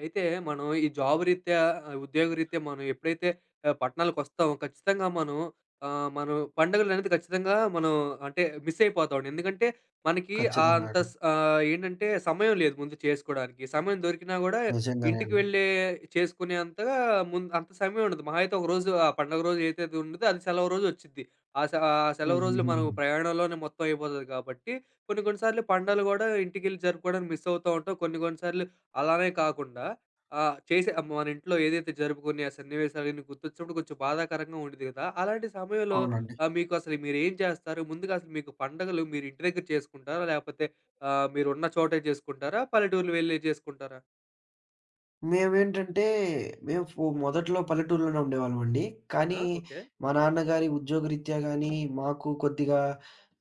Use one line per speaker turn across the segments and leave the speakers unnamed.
అయితే మనం ఈ జాబ్ రీత్యా, ఉద్యోగ రీత్యా మనం ఎప్పుడైతే పట్టణాలకొస్తామో ఖచ్చితంగా మనం పండుగలనేది ఖచ్చితంగా మనం అంటే మిస్ అయిపోతామండి. ఎందుకంటే మనకి ఆహ్,
ఖచ్చితంగా
అంత
అండి.
స్ ఆహ్, ఏంటంటే సమయం లేదు ముందు చేసుకోడానికి. సమయం దొరికినా గూడా
నిజంగానే
ఇంటికి
అండి.
వెళ్ళే చేసుకునేంతగా ముందు అంత సమయం ఉండదు. మహా అయితే ఒక రోజు ఆ పండుగ రోజు ఏదైతే ఉండదో అది సెలవు రోజు వచ్చిద్ది. ఆ సె ఆ సెలవు రోజులు మనం
హుహుహు.
ప్రయాణంలోనే మొత్తం అయిపోతది కాబట్టి కొన్ని కొన్ని సార్లు పండగలు గూడా ఇంటికెళ్ళి జరుపుకోవడానికి మిస్ అవుతా ఉంటాం. కొన్ని కొన్ని సార్లు అలానే కాకుండా ఆహ్, చేసే మన ఇంట్లో ఏదైతే జరుపుకునే ఆ సన్నివేశాలన్నీ గుర్తొచ్చినప్పుడు కొంచెం బాధాకరంగా ఉండిద్ది కదా! అలాంటి సమయంలో
అవునండి.
మీకు అసలు మీరేం చేస్తారు? ముందుగా అసలు మీకు పండగలు మీరు ఇంటి దగ్గర చేసుకుంటారా? లేకపోతే మీరున్న చోటే చేసుకుంటారా? పల్లెటూర్లు వెళ్ళి చేసుకుంటారా?
మేమేంటంటే, మేము ఫో మొదట్లో పల్లెటూరులోనే ఉండేవాళ్ళమండి.
అవునా?
కానీ,
ఓకే.
మా నాన్నగారి ఉద్యోగరీత్యా గానీ, మాకు కొద్దిగా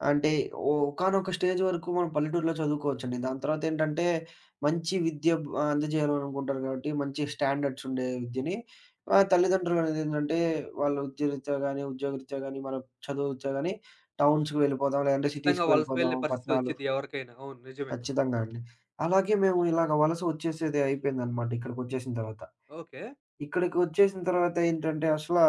అంటే ఒకానొక స్టేజ్ వరకు మనం పల్లెటూరులో చదువుకోవచ్చండి. దాని తర్వాతేంటంటే, మంచి విద్య బ్ అందజేయాలనుకుంటారు కాబట్టి, మంచి స్టాండర్డ్స్ ఉండే విద్యని తల్లిదండ్రులనేదేంటంటే, వాళ్ళ ఉద్యోగరీత్యా గానీ, మన చదువురీత్యా గానీ, టౌన్స్‌కి వెళ్ళిపోదాం, లేదంటే
ఖచ్చితంగా
సిటీస్‌కి
వలస
వెళ్ళిపోదాం,
వెళ్ళే పరిస్థితి
పట్టణాలు.
వచ్చిద్ది ఎవరికైనా. అవును. నిజమే.
ఖచ్చితంగా అండి. అలాగే మేము ఇలాగ వలస వచ్చేసేది అయిపోయిందనమాట ఇక్కడికొచ్చేసిన తర్వాత.
ఓకే.
ఇక్కడికొచ్చేసిన తర్వాత ఏంటంటే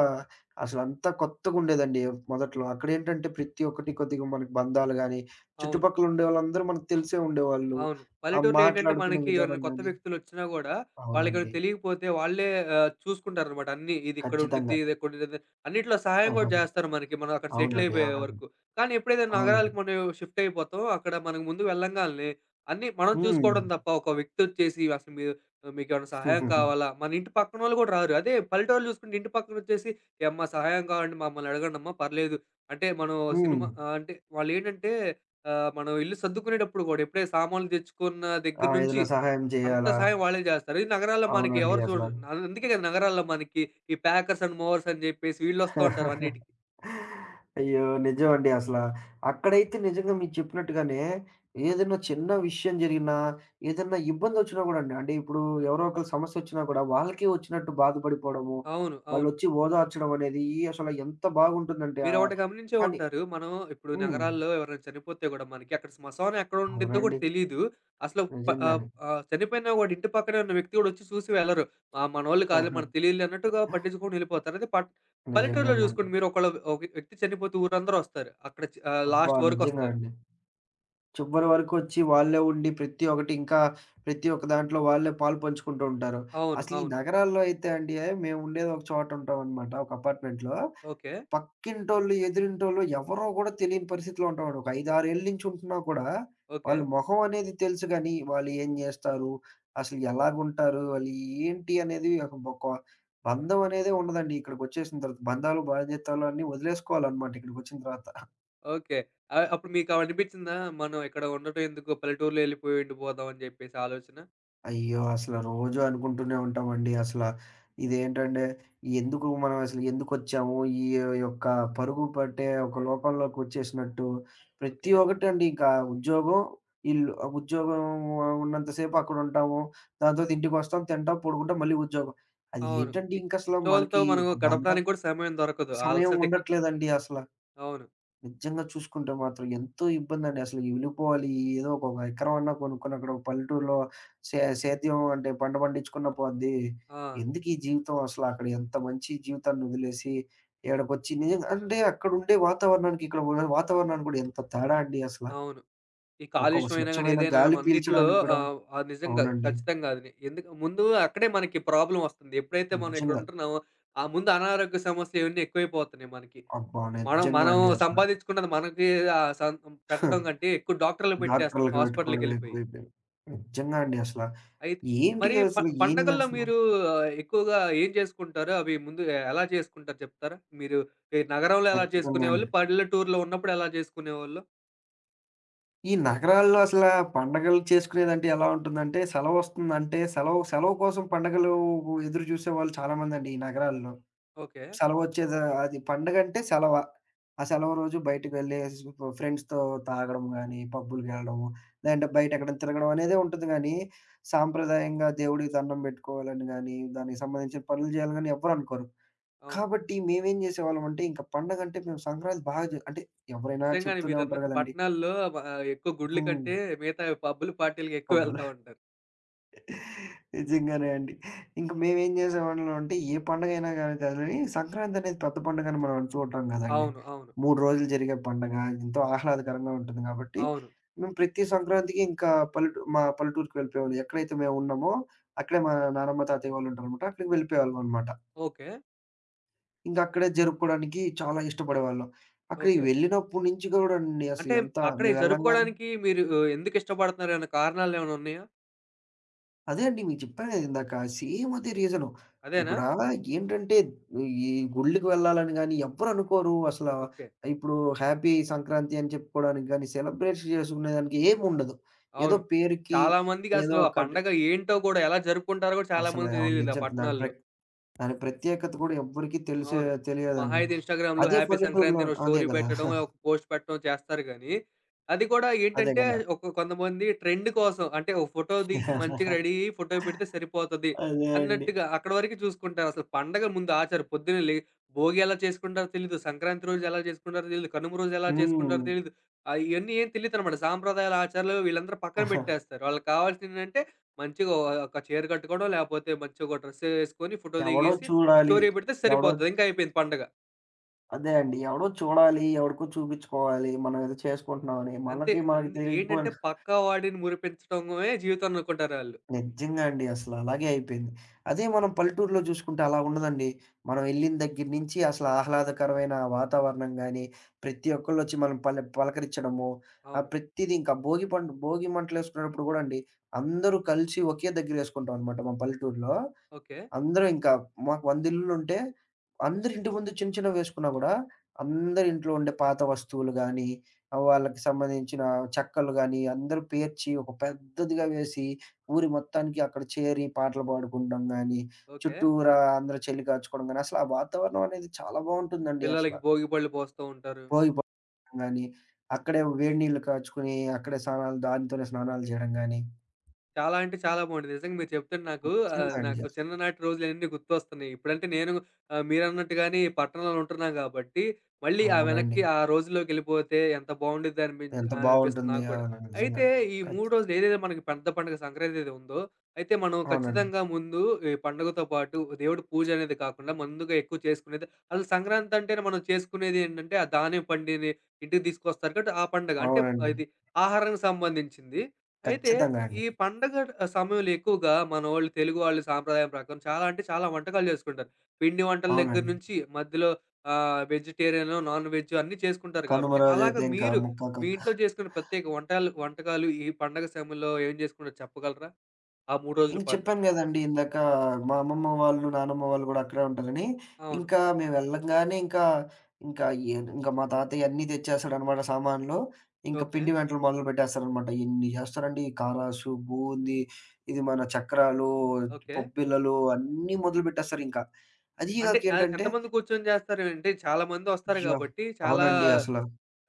అసలంతా కొత్తగుండేదండి మొదట్లో. అక్కడేంటంటే ప్రతి ఒక్కటి కొద్దిగా మనకి బంధాలు గాని,
అవును.
చుట్టుపక్కల ఉండేవాళ్ళందరూ మనకు తెలిసే ఉండేవాళ్ళు.
అవును.
ఆ
పల్లెటూరులో ఏంటంటే
మాట్లాడుకునే
మనకి ఎవరైనా
విధానం
కొత్త
గాని,
వ్యక్తులొచ్చినా గూడా వాళ్ళకేమైనా
అవునండి.
తెలియకపోతే వాళ్ళే చూసుకుంటారనమాట అన్నీ. ఇది ఇక్కడ ఉండిద్ది,
ఖచ్చితంగా.
ఇది ఇక్కడ ఉండిద్ది అన్నిట్లో సహాయం గూడా
ఆహా.
జేస్తారు మనకి మనం అక్కడ సెటిల్
అవునండి.
అయిపోయే
అవునండి.
వరకు. కానీ ఎప్పుడైతే
అవునండి.
నగరాలకు మనం షిఫ్ట్ అయిపోతామో అక్కడ మనకు ముందు వెళ్ళంగాల్నే అన్నీ మనం
హ్మ్.
చూసుకోవడం తప్ప ఒక వ్యక్తొచ్చేసి అసలు మీరు మీకేమైనా సహాయం కావాలా? మన ఇంటి పక్కనోళ్ళు గూడా రారు. అదే పల్లెటూరులో చూసుకుంటే ఇంటి పక్కనొచ్చేసి "ఏమ్మా! సహాయం కావాలంటే మమ్మల్ని అడగండమ్మా పర్లేదు." అంటే మనం
హ్మ్.
అంటే వాళ్ళేంటంటే, మనం ఇల్లు సర్దుకునేటప్పుడు గూడా, ఎప్పుడే సామాన్లు తెచ్చుకున్న
ఆ!
దగ్గర నుంచి,
ఏదైనా సహాయం
అంత
చేయాలా?
సాయం వాళ్ళే జేస్తారు. ఈ నగరాల్లో మనకి
అవునండి
ఎవరు
అసల.
చూడరు. అందుకే గదా! నగరాల్లో మనకి ఈ ప్యాకర్స్ అండ్ మూవర్స్ అని జెప్పేసి వీళ్ళొస్తా ఉంటారు అన్నిటికి.
అయ్యో! నిజమండి అసల. అక్కడైతే నిజంగా మీరు చెప్పినట్టుగానే ఏదైనా చిన్న విషయం జరిగినా, ఏదన్నా ఇబ్బందొచ్చినా గూడా అండి, అంటే ఇప్పుడు ఎవరో ఒకళ్ళ సమస్యొచ్చినా గూడా వాళ్ళకే వచ్చినట్టు బాధపడిపోవడము,
అవును. అవును.
వాళ్ళొచ్చి ఓదార్చడం అనేది అసల ఎంత బాగుంటుందంటే
మీరొకటి గమనించే
కానీ,
ఉంటారు. మనం ఇప్పుడు
హ్మ్.
నగరాల్లో ఎవరైనా చనిపోతే గూడా మనకి అక్కడ శ్మశానం ఎక్కడ ఉండిద్దో గూడా
అవునండి.
తెలీదు. అసలు ప ఆహ్,
నిజంగానే.
ఆహ్, చనిపోయినా గూడా ఇంటి పక్కనే ఉన్న వ్యక్తి గూడా వచ్చి చూసి వెళ్లరు. ఆ! మనోళ్ళు కాదులే
ఆహా!
మనకు తెలీదులే అన్నట్టుగా పట్టించుకోకుండా వెళ్ళిపోతారు. అదే పట్ పల్లెటూరులో
నిజంగానే అండి.
చూసుకోండి మీరు ఒకళ్ళు ఒక వ్యక్తి చనిపోతే ఊరందరూ వస్తారు. అక్కడ
అబ్బా!
లాస్ట్
నిజంగా
వరకొస్తారు.
అండి. చివరి వరకొచ్చి వాళ్ళే ఉండి ప్రతి ఒక్కటి ఇంకా ప్రతి ఒక్క దాంట్లో వాళ్ళే పాలు పంచుకుంటూ ఉంటారు.
అవును.
అసలు ఈ
అవును.
నగరాల్లో అయితే అండి, మేము ఉండేది ఒక చోట ఉంటామనమాట. ఒక అపార్ట్మెంట్‌లో.
ఓకే.
పక్కింటోళ్ళు, ఎదురింటోళ్ళు ఎవరో కూడా తెలియని పరిస్థితిలో ఉంటామండి. ఒక 5, 6 ఏళ్ల నుంచి ఉంటున్నా కూడా
ఓకే.
వాళ్ళ మొహం అనేది తెలుసు గానీ, వాళ్ళు ఏం జేస్తారు? అసలు ఎలాగుంటారు? వాళ్ళు ఏంటి అనేది, ఒక ఒక బంధం అనేదే ఉండదండి. ఇక్కడికొచ్చేసిన తర్వాత బంధాలు, బాధ్యతలు అన్నీ వదిలేసుకోవాలనమాట ఇక్కడికొచ్చిన తర్వాత.
ఓకే. అప్పుడు మీకు అవి అనిపించిందా? మనం ఇక్కడ ఉండటం ఎందుకు పల్లెటూరులో వెళ్ళిపోయి ఉండిపోదాం అని చెప్పేసి ఆలోచన?
అయ్యో! అసల రోజూ అనుకుంటూనే ఉంటామండి. అసల ఇదేంటంటే, ఎందుకు మనం అసలు ఎందుకొచ్చాము? ఈ యొక్క పరుగు పట్టే ఒక లోకంలోకొచ్చేసినట్టు ప్రతి
ఓకే.
ఒక్కటండి ఇంకా ఉద్యోగం, ఇల్లు. ఆ ఉద్యోగం ఉన్నంత సేపు అక్కడుంటాము. దాని తర్వాత ఇంటికొస్తాం, తింటాం, పడుకుంటాం, మళ్ళీ ఉద్యోగం. అది
అవును.
ఏంటండి ఇంకసల
ఇంట్లో వాళ్ళతో
మనకి
మనం
ఒక బంధ.
గడపడానికి కూడా సమయం దొరకదు ఆ
సమయం
అలసటకి.
ఉండట్లేదండి అసల.
అవును.
నిజంగా చూసుకుంటే మాత్రం ఎంతో ఇబ్బందండి. అసలు ఈ వెళ్ళిపోవాలి, ఏదో ఒక ఎకరం అన్నా కొనుక్కొని అక్కడ ఒక పల్లెటూరులో సేద్యం అంటే పంట పండించుకున్న పోద్ది.
ఆ!
ఎందుకు ఈ జీవితం, అసలు అక్కడ ఎంత మంచి జీవితాన్ని వదిలేసి ఈడకొచ్చి, నిజంగా అంటే అక్కడుండే వాతావరణానికి ఇక్కడ ఉండే వాతావరణానికి కూడా ఎంత తేడా అండి అసల.
అవును. ఈ
ఒక
కాలుష్యం అయినా గాని,
స్వచ్ఛమైన
ఏదైనా గానీ
గాలి
అన్నిట్లో
పీల్చడానికి కూడా.
అది నిజంగా
అవునండి.
ఖచ్చితంగా అది. ఎందుకు ముందు అక్కడే మనకి ప్రాబ్లమ్ వస్తుంది. ఎప్పుడైతే మనం ఇక్కడ
నిజంగా.
ఉంటున్నామో, ఆ ముందు అనారోగ్య సమస్యలు ఇవన్నీ ఎక్కువైపోతున్నాయి మనకి.
అబ్బా!
మనం
నిజంగా
మనం
అండి అసల.
సంపాదించుకున్నది మనకి ఆహ్, సం పెట్టడం కంటే ఎక్కువ డాక్టర్‌లకు పెట్టేస్తున్నాం
డాక్టర్‌లకి పెట్టుకోవడమే
హాస్పిటల్‌కెళ్ళిపోయి.
ఎక్కువైపోయింది. నిజంగా అండి అసల.
అయిత్
ఏంటి
మరి
అసలు ఏం
పండగల్లో
చేస్తున్నాం?
మీరు ఆ, ఎక్కువగా ఏం చేసుకుంటారు? అవి ముందు ఎలా చేసుకుంటారు చెప్తారా? మీరు ఈ నగరంలో ఎలా
ఖచ్చితంగా అండి.
చేసుకునేవాళ్ళు? పల్లెటూరులో ఉన్నప్పుడు ఎలా చేసుకునేవాళ్ళు?
ఈ నగరాల్లో అసలా పండగలు చేసుకునేదంటే ఎలా ఉంటుందంటే, సెలవొస్తుందంటే సెలవు, సెలవు కోసం పండగలు ఎదురు చూసేవాళ్ళు చాలామందండి ఈ నగరాల్లో.
ఓకే.
సెలవొచ్చేద, అది పండగంటే సెలవ. ఆ సెలవు రోజు బయటకి వెళ్ళేసి ఫ్రెండ్స్‌తో తాగడం గానీ, పబ్బులకెళ్ళడము, లేదంటే బయటెక్కడైనా తిరగడం అనేదే ఉంటుంది గానీ, సాంప్రదాయంగా దేవుడికి దండం పెట్టుకోవాలని గానీ, దానికి సంబంధించిన పనులు చేయాలని గానీ ఎవ్వరనుకోరు.
అవును.
కాబట్టి మేమేం చేసేవాళ్ళమంటే, ఇంక పండగంటే మేము సంక్రాంతి బాగా అంటే ఎవరైనా
నిజంగానే
చెప్తూనే ఉంటారు
మీరన్నట్టు
కదండీ!
పట్టణాల్లో ఎక్కువ గుడ్ల
హ్మ్.
కంటే మిగతా పబ్బులు, పార్టీలకి ఎక్కువ
పబ్బులు.
వెళ్తా ఉంటారు.
నిజంగానే అండి. ఇంక మేమేం చేసేవాళ్ళం అంటే, ఏ పండగైనా గాని అసలని సంక్రాంతి అనేది పెద్ద పండగని మనం చూడటం కదండీ.
అవును. అవును.
3 రోజులు జరిగే పండగ. ఎంతో ఆహ్లాదకరంగా ఉంటుంది కాబట్టి,
అవును.
మేము ప్రతి సంక్రాంతికి ఇంకా మా పల్లెటూరుకి వెళ్ళిపోయేవాళ్ళం. ఎక్కడైతే మేమున్నామో, అక్కడే మా నానమ్మ, తాతయ్య వాళ్ళుంటారనమాట. అక్కడికి వెళ్ళిపోయేవాళ్ళమనమాట.
ఓకే.
ఇంక అక్కడే జరుపుకోవడానికి చాలా ఇష్టపడేవాళ్ళం. అక్కడికి
ఓకే.
వెళ్ళినప్పటి నుంచి కూడానండి అసలు
అంటే
ఎంత.
అక్కడే
మేము వెళ్ళంగానే,
జరుపుకోవడానికి మీరు ఎందుకు ఇష్టపడుతున్నారు? ఏమైనా కారణాలేమైనా ఉన్నాయా?
అదే అండి. మీకు చెప్పాను గదా ఇందాక. సేమ్ అదే రీజను.
అదేనా?
ఇక్కడ ఏంటంటే ఈ గుళ్ళకి వెళ్ళాలని గాని ఎవ్వరు అనుకోరు. అసల
ఓకే.
ఇప్పుడు హ్యాపీ సంక్రాంతి అని చెప్పుకోవడానికి గాని, సెలబ్రేట్ చేసుకునేదానికి ఏముండదు. ఏదో
అవును.
పేరుకి
చాలా
ఏదో
మందికసలు ఆ
ఒకటి.
పండగ ఏంటో గూడా ఎలా జరుపుకుంటారో గూడా చాలా
అసల
మందికి
అవును.
తెలీదు ఆ
నిజం.
పట్టణాల్లో.
దాని ప్రత్యేకత కూడా ఎవ్వరికీ తెలిసే
అవును. మహా
తెలియదండి.
అయితే ఇన్‌స్టాగ్రామ్‌లో
అదే
హ్యాపీ
పల్లెటూరులో,
సంక్రాంతి అని ఒక
అదే
స్టోరీ
గదా!
పెట్టడం, ఒక పోస్ట్ పెట్టడం చేస్తారు గానీ, అది కూడా
అదే
ఏంటంటే
గదా!
కొంతమంది ట్రెండ్ కోసం అంటే ఒక ఫోటో దిగి మంచిగా రెడీ అయ్యి ఫోటో పెడితే సరిపోతది
అదే అండి.
అన్నట్టుగా అక్కడి వరకే చూసుకుంటారు. అసలు పండగ ముందు ఆచారం పొద్దున్నే లే భోగి ఎలా చేసుకుంటారో తెలీదు. సంక్రాంతి రోజు ఎలా చేసుకుంటారో తెలీదు. కనుమ రోజు ఎలా చేసుకుంటారో
హ్మ్.
తెలీదు. ఇయన్నీ ఏం తెలీదనమాట. సాంప్రదాయాలు, ఆచారాలు వీళ్ళందరూ పక్కన పెట్టేస్తారు. వాళ్ళకి కావాల్సిందేంటంటే మంచిగా ఒక చీర కట్టుకోవడం, లేపోతే మంచిగా ఒక డ్రెస్ ఏసుకొని ఫోటో
ఎవడో
దిగేసి
చూడాలి.
స్టోరీ పెడితే
ఎవడో,
సరిపోతది. ఇంకా అయిపోయింది పండగ.
అదే అండి. ఎవడో చూడాలి, ఎవడికో చూపించుకోవాలి. మనం ఏదో చేసుకుంటున్నామని.
అంతే.
మనకి మనకి
అంది ఏంటంటే
తెలియకపోయినా,
పక్కవాడిని మురిపించడమే జీవితం అనుకుంటారాళ్ళు.
నిజంగా అండి అసలు అలాగే అయిపోయింది. అదే మనం పల్లెటూరులో చూసుకుంటే అలా ఉండదండి. మనం ఎళ్ళిన దగ్గర నుంచి అసలు ఆహ్లాదకరమైన వాతావరణం గాని, ప్రతి ఒక్కళ్ళొచ్చి మనం పలకరించడము,
అవును.
ప్రతీదీ ఇంకా భోగి మంటలేసుకునేటప్పుడు గూడా అండి, అందరూ కలిసి ఒకే దగ్గర ఏసుకుంటాం అనమాట మా పల్లెటూరులో.
ఓకే.
అందరూ ఇంకా మాకు 100 ఇల్లులుంటే, అందరి ఇంటి ముందు చిన్న చిన్నవి వేసుకున్నా గూడా, అందరి ఇంట్లో ఉండే పాత వస్తువులు గానీ,
ఓక్
వాళ్ళకి సంబంధించిన చెక్కలు గానీ, అందరూ పేర్చి ఒక పెద్దదిగా వేసి, ఊరి మొత్తానికి అక్కడ చేరి పాటలు పాడుకుంటాం గానీ,
ఓకే.
చుట్టూరా అందరూ చలి కాచుకోవడం గానీ, అసలు ఆ వాతావరణం అనేది చాలా బావుంటుందండి అసల.
పిల్లలకి భోగి పళ్ళు పోస్తూ ఉంటారు.
భోగి పడడం గానీ, అక్కడే వేడి నీళ్లు కాచుకొని, అక్కడే స్నానాలు దాంతోనే స్నానాలు చేయడం గానీ,
చాలా అంటే చాలా బావుంటది. నిజంగా మీరు చెప్తుంటే నాకు
నిజంగా అండి
నాకు
అసలు.
చిన్ననాటి రోజులన్నీ గుర్తొస్తున్నాయి. ఇప్పుడంటే నేను మీరన్నట్టుగానే ఈ పట్టణంలో ఉంటున్నాను గాబట్టి, మళ్ళీ ఆ వెనక్కి
అవునండి.
ఆ రోజుల్లోకెళ్ళిపోతే ఎంత బావుండిద్ది
ఎంత
అనిపిస్తుంది
బావుంటుంది.
నాకు గూడా.
అవును. నిజంగా.
అయితే ఈ
ఖ
3 రోజులు ఏదైతే మనకి పెద్ద పండుగ సంక్రాంతి ఏది ఉందో, అయితే మనం
అవునండి.
ఖచ్చితంగా ముందు ఈ పండుగతో పాటు దేవుడి పూజ అనేది కాకుండా ముందుగా ఎక్కువ చేసుకునేది అసలు సంక్రాంతి అంటేనే మనం చేసుకునేది ఏంటంటే, ఆ ధాన్యం పండిని ఇంటికి తీసుకొస్తారు కాబట్టి ఆ పండగ. అంటే
అవునండి.
ఇది ఆహారానికి సంబంధించింది. అయితే
ఖచ్చితంగా అండి.
ఈ పండగ సమయంలో ఎక్కువగా మనోళ్ళు, తెలుగు వాళ్ళు సాంప్రదాయం ప్రకారం చాలా అంటే చాలా వంటకాలు చేసుకుంటారు. పిండి వంటల దగ్గర
అవునండి.
నుంచి మధ్యలో వెజిటేరియను, నాన్ వెజ్ అన్నీ చేసుకుంటారు
కనుమ
కాబట్టి, అలాగా
రోజైతే ఇంకా
మీరు
ముక్క
మీ
కక్క.
ఇంట్లో చేసుకునే ప్రత్యేక వంటాలు వంటకాలు ఈ పండగ సమయంలో ఏం చేసుకుంటారో చెప్పగలరా? ఆ 3 రోజుల
ఇంక
పాటు?
చెప్పాను గదండీ! ఇందాక మా అమ్మమ్మ వాళ్ళు, నానమ్మ వాళ్ళు గూడా అక్కడే ఉంటారని.
అవును.
ఇంకా మేము వెళ్ళంగానే ఇంకా, ఇంకా ఇంక మా తాతయ్య అన్నీ తెచ్చేస్తాడనమాట సామాన్లు. ఇంక
ఓకే.
పిండి వంటలు మొదలుపెట్టేస్తారనమాట. ఎన్ని జేస్తారండి, కారాసు, బూంది, ఇది మన చక్రాలు,
ఓకే.
పప్పిళ్ళలు అన్నీ మొదలుపెట్టేస్తారింక. అదీ
అంటే
గాక ఏంటంటే,
ఎంతమంది కూర్చొని చేస్తారు? అంటే చాలా మంది వస్తారు
యాహ్!
కాబట్టి, చాలా
అవునండి అసల.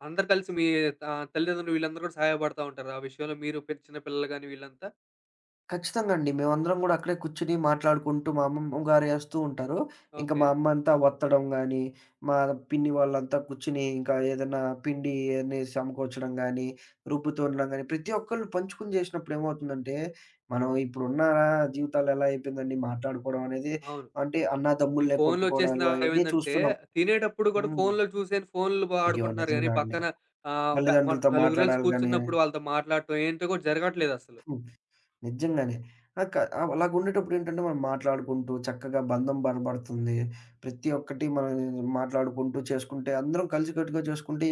అందరూ కలిసి మీ తల్లిదండ్రులు వీళ్ళందరూ కూడా సహాయపడతా ఉంటారు. ఆ విషయంలో మీరు చిన్న పిల్లలు గాని వీళ్ళంతా?
ఖచ్చితంగా అండి. మేమందరం గూడా అక్కడే కూర్చొని మాట్లాడుకుంటూ మా అమ్మమ్మ గారు ఏస్తూ ఉంటారు. ఇంకా
ఓకే.
మా అమ్మ అంతా వత్తడం గానీ, మా పిన్ని వాళ్ళంతా కూర్చొని ఇంకా ఏదన్నా పిండి అని సమకూర్చడం గానీ, రుబ్బుతుండడం గానీ, ప్రతి ఒక్కళ్ళు పంచుకుని జేసినప్పుడు ఏమవుతుందంటే, మనం ఇప్పుడున్న జీవితాలు ఎలా అయిపోయిందండి మాట్లాడుకోవడం అనేది,
అవును.
అంటే
ఈ
అన్నాతమ్ముళ్ళే
ఫోన్‌లొచ్చేసిన
కొట్టుకోవడాలు
తర్వాత
అయన్నీ
ఏమైందంటే,
చూస్తున్నాం.
తినేటప్పుడు కూడా
హ్మ్.
ఫోన్‌లో చూసేను ఫోన్‌లు
అయ్యో!
వాడుకుంటున్నారు గానీ,
నిజంగా అండి.
పక్కన ఆహ్, ఫ మన
తల్లిదండ్రులతో
నలుగురు కలిసి
మాట్లాడాలి గానీ.
కూర్చున్నప్పుడు వాళ్ళతో మాట్లాడటం ఏంటో కూడా జరగట్లేదసలు.
హ్మ్. నిజంగానే. ఆ! క అలాగుండేటప్పుడు ఏంటంటే మనం మాట్లాడుకుంటూ చక్కగా బంధం బలపడుతుంది. ప్రతి ఒక్కటి మనం మాట్లాడుకుంటూ చేసుకుంటే అందరం కలిసికట్టుగా చేసుకుంటే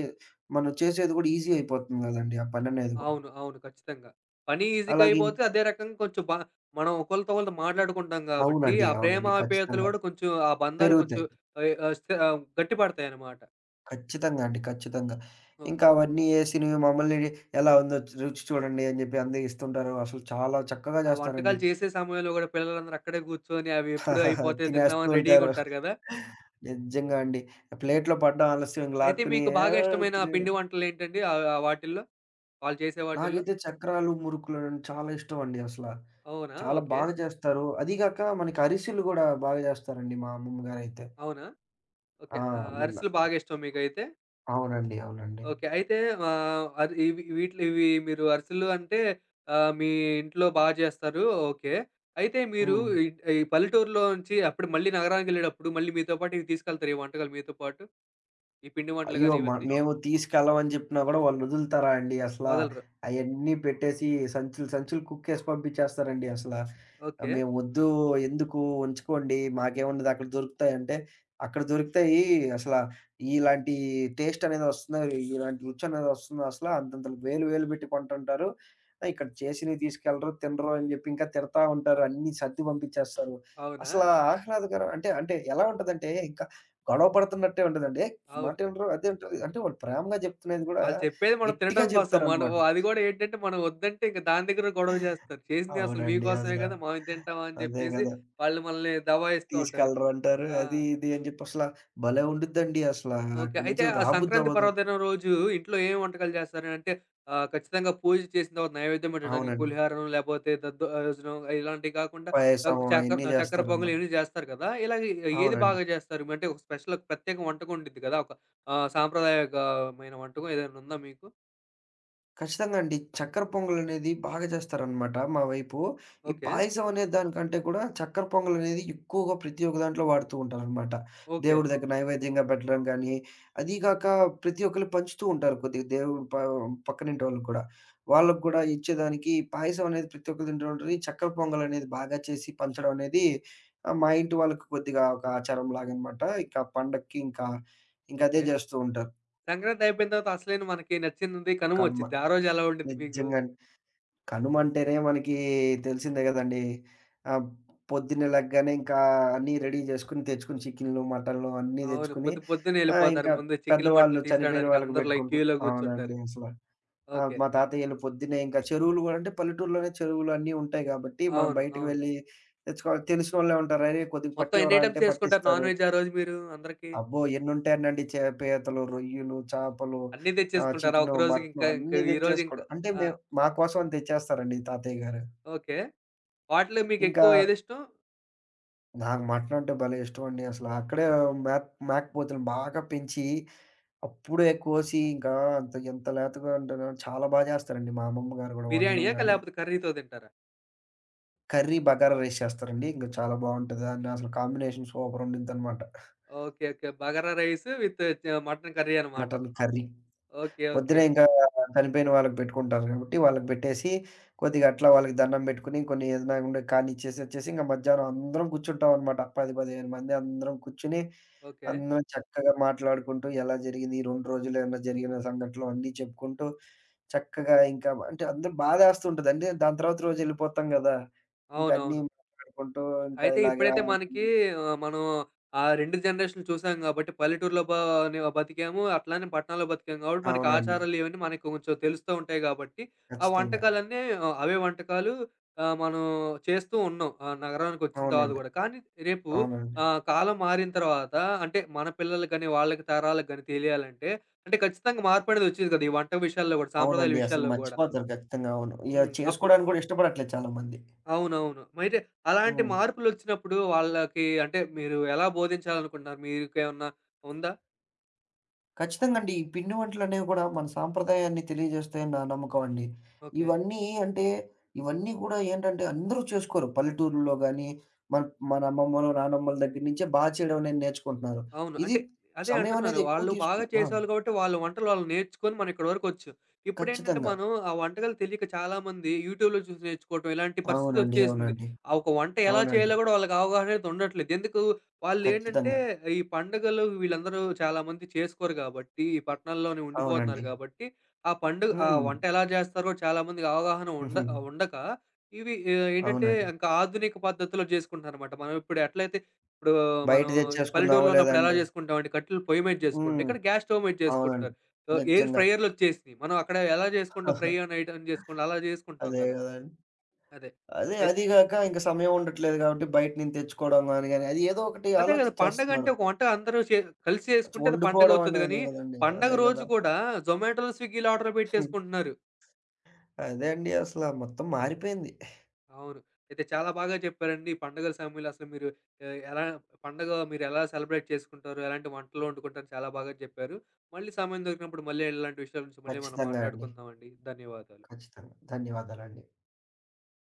మనం చేసేది గూడా ఈజీ అయిపోతుంది గదండీ ఆ పననేది గూడా.
అవును. అవును. ఖచ్చితంగా. పని ఈజీగా
అలాగే
అయిపోతే
ఇంకా,
అదే రకంగా కొంచెం బ మనం ఒకళ్ళతో ఒకళ్ళతో మాట్లాడుకుంటాం కాబట్టి,
అవునండి.
ఆ ప్రేమ
అవునండి.
ఆప్యాయతలు
ఖచ్చితంగా.
కూడా కొంచెం ఆ బంధాలు కొంచెం
పెరుగుతాయి.
ఆహ్, ఆహ్, స్థి ఆహ్, గట్టిపడతాయన్నమాట.
ఖచ్చితంగా అండి. ఖచ్చితంగా.
ఓకే.
ఇంకా అవన్నీ ఏసినవి మమ్మల్ని ఎలా ఉందో రుచి చూడండి అని జెప్పి అందరిస్తుంటారు. అసలు చాలా చక్కగా
ఆ
జేస్తారండి.
వంటకాలు చేసే సమయంలో కూడా పిల్లలందరూ అక్కడే కూర్చొని అవి ఎప్పుడు అయిపోతాయి
తినేస్తూ
తిందామని
ఉంటారు.
రెడీగుంటారు గదా!
నిజంగా అండి. ప్లేట్‌లో పడ్డం ఆలస్యం ఇంక
అయితే
లాక్కుని,
మీకు
ఆ!
బాగా ఇష్టమైన పిండి
తినేయడం.
వంటలేంటండి ఆహ్, ఆహ్, వాటిల్లో? వాళ్ళు చేసే వాటిల్లో?
నాకైతే చక్రాలు, మురుకులు చాలా ఇష్టం అండి అసల.
అవునా?
చాలా
ఓకే.
బాగా చేస్తారు. అదీ గాక మనకి అరిసెలు గూడా బాగా చేస్తారండి మా అమ్మమ్మ గారైతే.
అవునా?
ఆ!
ఓకే.
మొన్న,
అరిసెలు బాగా ఇష్టం మీకైతే.
అవునండి. అవునండి.
ఓకే. అయితే ఆహ్, అది ఇవి వీటిలో ఇవి మీరు అరిసెలు అంటే మీ ఇంట్లో చేస్తారు. ఓకే. అయితే మీరు
హ్మ్.
ఈ ఈ పల్లెటూరులో నుంచి అప్పుడు మళ్ళీ నగరానికెళ్ళేటప్పుడు మళ్ళీ మీతో పాటు ఇవి తీసుకెళ్తారా? ఈ వంటకాలు మీతో పాటు? ఈ పిండి వంటలు
అయ్యో!
గాని ఇవన్నీ?
మేము తీసుకెళ్ళమని జెప్పినా గూడా వాళ్ళొదులుతారా అండి అసలా?
వదలరు.
అయన్నీ పెట్టేసి సంచులు, సంచులు కుక్కేసి పంపించేస్తారండి అసల.
ఓకే.
మేమొద్దు, ఎందుకు ఉంచుకోండి మాకేముండదు అక్కడ దొరుకుతాయంటే, అక్కడ దొరుకుతాయి అసల, ఇలాంటి టేస్ట్ అనేది ఒస్తుందా? ఇలాంటి రుచనేది ఒస్తుందా అసల? అంతంతలు వేలు వేలు బెట్టి కొంటుంటారు. ఇక్కడ చేసినవి తీసుకెళ్ళరు, తినరు అని జెప్పి ఇంకా తిడతా ఉంటారు. అన్నీ సర్ది పంపించేస్తారు.
అవునా?
అసలా ఆహ్లాదకరం అంటే, అంటే ఎలా ఉంటదంటే, ఇంకా గొడవ పడుతున్నట్టే ఉంటదండి.
అవును.
మాటినరు. అదే అంటారు. అంటే వాళ్ళు ప్రేమగా చెప్తున్నది గూడా
వాళ్ళు చెప్పేది మనం
గట్టిగా
తినడం కోసం. మనం
చెప్తారనమాట.
అది గూడా ఏంటంటే మనం వద్దంటే ఇంక దాని దగ్గర గొడవ జేస్తారు. చేసింది అసలు
అవునండి.
మీకోసమే
అసల.
కదా! మేము తింటామా అని
అదే
జెప్పేసి
గదా!
వాళ్ళు మనల్ని దబాయిస్తూ ఉంటారు.
తీసుకెళ్ళరు అంటారు.
ఆ!
అది ఇది అని జెప్పి అసల, భలే! ఉండుద్దండి అసల.
ఓకే.
అక్కడి
అయితే
నుంచి
ఆ సంక్రాంతి
రాబుద్దవ్వదు.
పర్వదినం రోజు ఇంట్లో ఏం వంటకాలు జేస్తారు? అంటే ఖచ్చితంగా పూజ చేసిన తర్వాత నైవేద్యం పెట్టడానికి
అవునండి.
పులిహారం లేపోతే దద్దోజనం ఇలాంటివి కాకుండా
పాయసం అయన్నీ
చక్కెర పొంగలి
జేస్తారనమాట.
ఇవన్నీ జేస్తారు కదా! ఇలాగ ఏది
అవునండి.
బాగా జేస్తారు? అంటే ఒక స్పెషల్ ప్రత్యేక వంటకం ఉండిద్ది కదా! ఒక సాంప్రదాయకమైన వంటకం ఏదైనా ఉందా మీకు?
ఖచ్చితంగా అండి. చక్కెర పొంగలనేది బాగా చేస్తారనమాట మా వైపు. ఈ
ఓకే.
పాయసం అనే దానికంటే కూడా చక్కెర పొంగలనేది ఎక్కువగా ప్రతి ఒక్క దాంట్లో వాడుతూ ఉంటారనమాట.
ఓకే.
దేవుడి దగ్గర నైవేద్యంగా పెట్టడం గానీ, అదీ గాక ప్రతి ఒక్కళ్ళు పంచుతూ ఉంటారు కొద్దిగా దేవుడు ప పక్కనింటోళ్ళకి కూడా. వాళ్ళకి కూడా ఇచ్చేదానికి ఈ పాయసం అనేది ప్రతి ఒక్కళ్ళు తింటూ ఉంటారు. ఈ చక్కెర పొంగలనేది బాగా చేసి పంచడం అనేది మా ఇంటి వాళ్ళకి కొద్దిగా ఒక ఆచారంలాగనమాట. ఇంకా పండక్కి ఇంకా, ఇంకదే
ఓకే.
జేస్తూ ఉంటారు.
సంక్రాంతి అయిపోయిన తర్వాత అసలైన మనకి నచ్చింది కనుమ
కర్మ.
వచ్చిద్ది. ఆ రోజు ఎలా ఉండిద్ది మీకు?
నిజంగా అండి. కనుమంటేనే మనకి తెలిసిందే గదండీ! ఆహ్, పొద్దున్నే లెగ్గానే ఇంకా అన్నీ రెడీ జేసుకొని, తెచ్చుకొని చికెన్‌లు, మటన్‌లు అన్నీ
అవును.
తెచ్చుకొని,
పొద్దున్నే ఎళ్ళిపోతారు.
ఇంకా
ముందు చికెన్‌లు,
పెద్దవాళ్ళు
మటన్‌లు
చనిపోయిన
తీసుకురాడానికి
వాళ్ళకి
అందరూ లైన్
బెట్టుకుంటారు.
క్యూలో
అవునండి.
కూర్చుంటారు.
అసల. ఆ!
ఓకే.
మా తాతయ్యోళ్ళు పొద్దున్నే ఇంకా చెరువులు గూడా, అంటే పల్లెటూరులోనే చెరువులు అన్నీ ఉంటాయి గాబట్టి, మనం
అవును.
బయటికి
అవును.
వెళ్ళి తెచ్చుకోవాలి. తెలిసినోళ్ళే ఉంటారు. "అరే! కొద్దిగా
మొత్తం ఎన్ని
పట్టివ్వరా" అంటే
ఐటెమ్స్ చేసుకుంటారు
పట్టిస్తారు.
నాన్ వెజ్ ఆ రోజు మీరు అందరికి?
అబ్బో! ఎన్నుంటాయనండి, పీతలు, రొయ్యలు, చేపలు,
అన్నీ తెచ్చేసుకుంటారా?
చికెను,
ఒక రోజుకి
మటను
ఇంకా ఇంకా
అన్నీ
ఈరోజు ఇంకా
తెచ్చేసుకోవడం. అంటే
ఆ!
మేము మా కోసం అని తెచ్చేస్తారండి తాతయ్య గారు.
ఓకే. వాటిలో
ఇంకా
మీకెక్కువ ఏదిష్టం?
నాకు మటన్ అంటే భలే ఇష్టమండి. అసలు అక్కడే మేకపోతులను బాగా పెంచి, అప్పుడే కోసి ఇంకా అంత ఎంత లేతగా ఉంటదో చాలా బా చేస్తారండి. మా అమ్మమ్మ గారు గూడా వండడం
బిర్యానీయా?
గాని,
లేకపోతే కర్రీతో తింటారా?
కర్రీ బగారా రైస్ చేస్తారండి. ఇంక చాలా బావుంటది. దాన్ని అసలు కాంబినేషన్ సూపర్ ఉండిద్దనమాట.
Okay. Okay. Bagara rice with mutton curry అనమాట.
Mutton curry.
ఓకే. ఓకే.
పొద్దునే ఇంకా చనిపోయిన వాళ్ళకి పెట్టుకుంటారు కాబట్టి, వాళ్ళకి పెట్టేసి, కొద్దిగా అట్లా వాళ్ళకి దండం పెట్టుకొని, కొన్ని ఏదైనా ఉండే కానిచ్చేసి వచ్చేసి, ఇంక మధ్యాహ్నం అందరం కూర్చుంటామనమాట. 10, 15 మంది అందరం కూర్చొని,
ఓకే.
అందరం చక్కగా మాట్లాడుకుంటూ, ఎలా జరిగింది ఈ 2 రోజులు ఏమన్నా జరిగిన సంఘటనలు అన్నీ చెప్పుకుంటూ, చక్కగా ఇంకా, అంటే అందరూ బాధేస్తుంటది. అంటే దాని తర్వాత రోజు ఎళ్ళిపోతాం గదా! ఇంకా అన్నీ
అవునవును.
మాట్లాడుకుంటూ, ఇంకా
అయితే
ఇలాగా,
ఇప్పుడైతే మనకి ఆహ్, మనం ఆ 2 జనరేషన్‌లు చూసాం గాబట్టి, పల్లెటూరులో బా ని బతికాము. అట్లానే పట్టణాల్లో బతికాం గాబట్టి, మనకి
అవునండి.
ఆచారాలు ఇవన్నీ మనకి కొంచెం తెలుస్తూ ఉంటాయి గాబట్టి, ఆ
ఖచ్చితంగా.
వంటకాలన్నీ అవే వంటకాలు మనం చేస్తూ ఉన్నాం. నగరానికొచ్చిన తర్వాత
అవునండి.
గూడా. కానీ రేపు
అవునండి.
కాలం మారిన తర్వాత అంటే, మన పిల్లలకి గాని, వాళ్ళకి తరాలకు గాని తెలియాలంటే, అంటే ఖచ్చితంగా మార్పనేది ఒచ్చేది గదా! ఈ వంట విషయాల్లో గూడా, సాంప్రదాయాల
అవునండి. అసలు
విషయాల్లో గూడా.
మర్చిపోతారు ఖచ్చితంగా. అవును. ఇగ
హ్మ్. అప్పుడు
చేసుకోడానికి గూడా ఇష్టపడట్లేదు చాలామంది.
అవునవును. మరైతే అలాంటి
హ్మ్.
మార్పులొచ్చినప్పుడు వాళ్ళకి అంటే మీరు ఎలా బోధించాలనుకుంటున్నారు? మీకేమన్నా ఉందా?
ఖచ్చితంగా అండి. ఈ పిండి వంటలనేవి గూడా మన సాంప్రదాయాన్ని తెలియజేస్తాయని నా నమ్మకం అండి.
ఓకే.
ఇవన్నీ అంటే, ఇవన్నీ గూడా ఏంటంటే అందరూ చేసుకోరు. పల్లెటూరుల్లో గానీ, మన మన అమ్మమ్మలు, నానమ్మల దగ్గర నుంచే బా చేయడం అనేది నేర్చుకుంటున్నారు.
అవును.
ఇది
అంటే అదే
సమయం
అంటున్నాను.
అనేది ఎక్కువ
వాళ్ళు
తీసుకు,
బాగా
ఆ!
చేసేవాళ్ళు కాబట్టి వాళ్ళ వంటలు వాళ్ళు నేర్చుకొని మనం ఇక్కడి వరకొచ్చు. ఇప్పుడేంటంటే
ఖచ్చితంగా.
మనం ఆ వంటకాలు తెలియక చాలామంది యూట్యూబ్‌లో చూసి నేర్చుకోవటం ఇలాంటి
అవునండి.
పరిస్థితొచ్చేసింది.
అవునండి.
ఆ ఒక వంట ఎలా
అవునండి.
చేయాలో గూడా వాళ్ళకి అవగాహన అనేది ఉండట్లేదు. ఎందుకు వాళ్ళేంటంటే
ఖచ్చితంగా.
ఈ పండుగలు వీళ్ళందరూ చాలామంది చేసుకోరు గాబట్టి, ఈ పట్టణాల్లోనే ఉండిపోతున్నారు
అవునండి.
గాబట్టి, ఆ పండుగ ఆ
హ్మ్.
వంట ఎలా జేస్తారో చాలామందికి అవగాహన ఉండ
హుహు.
ఉండక ఇవి ఏంటంటే
అవునండి.
ఇంకా ఆధునిక పద్ధతిలో జేసుకుంటున్నారనమాట. మనం ఇప్పుడు ఎట్లయితే ఇప్పుడు
బయట
మనం
తెచ్చేసుకుందాము
పల్లెటూరులో ఉన్నప్పుడు ఎలా
లేదంటే,
చేసుకుంటామంటే కట్టెలు పొయ్యి మీద చేసుకుంటాం.
హ్మ్.
ఇక్కడ గ్యాస్ స్టవ్ మీద
అవునండి.
చేసుకుంటున్నారు. ఎయిర్
నిజంగా.
ఫ్రైయర్‌లు వచ్చేసినియి. మనం అక్కడ ఎలా చేసుకుంటాం ఫ్రై ఆన్ ఐటెమ్ చేసుకుంటాం అలా చేసుకుంటాం
అదే
కదా!
గదండీ!
అదే.
అదే
అయిత్
అది గాక ఇంక సమయం ఉండట్లేదు గాబట్టి బయట నుంచి తెచ్చుకోవడం గాని, అది ఏదో ఒకటి
అదే కదా! పండగంటే
ఆలోచిచ్చేస్తున్నారు.
ఒక వంట అందరూ కలిసి చేసుకుంటే అది
వండుకోవడం
పండగవుతది గానీ,
అనేదే గదండీ!
పండగ
అదే
రోజు
గదా!
కూడా జొమాటోలో, స్విగ్గీలో ఆర్డర్ పెట్టేసుకుంటున్నారు.
అదే అండి అసల మొత్తం మారిపోయింది.
అవును. అయితే చాలా బాగా చెప్పారండి. ఈ పండుగల సమయంలో అసలు మీరు ఆహ్, ఎలా పండగ మీరెలా సెలబ్రేట్ చేసుకుంటారు? ఎలాంటి వంటలు వండుకుంటారు? చాలా బాగా చెప్పారు. మళ్ళీ సమయం దొరికినప్పుడు మళ్ళీ ఇలాంటి విషయాల గురించి మళ్ళీ మనం
ఖచ్చితంగా అండి.
మాట్లాడుకుందామండి. ధన్యవాదాలు.
ఖచ్చితంగా. ధన్యవాదాలండి.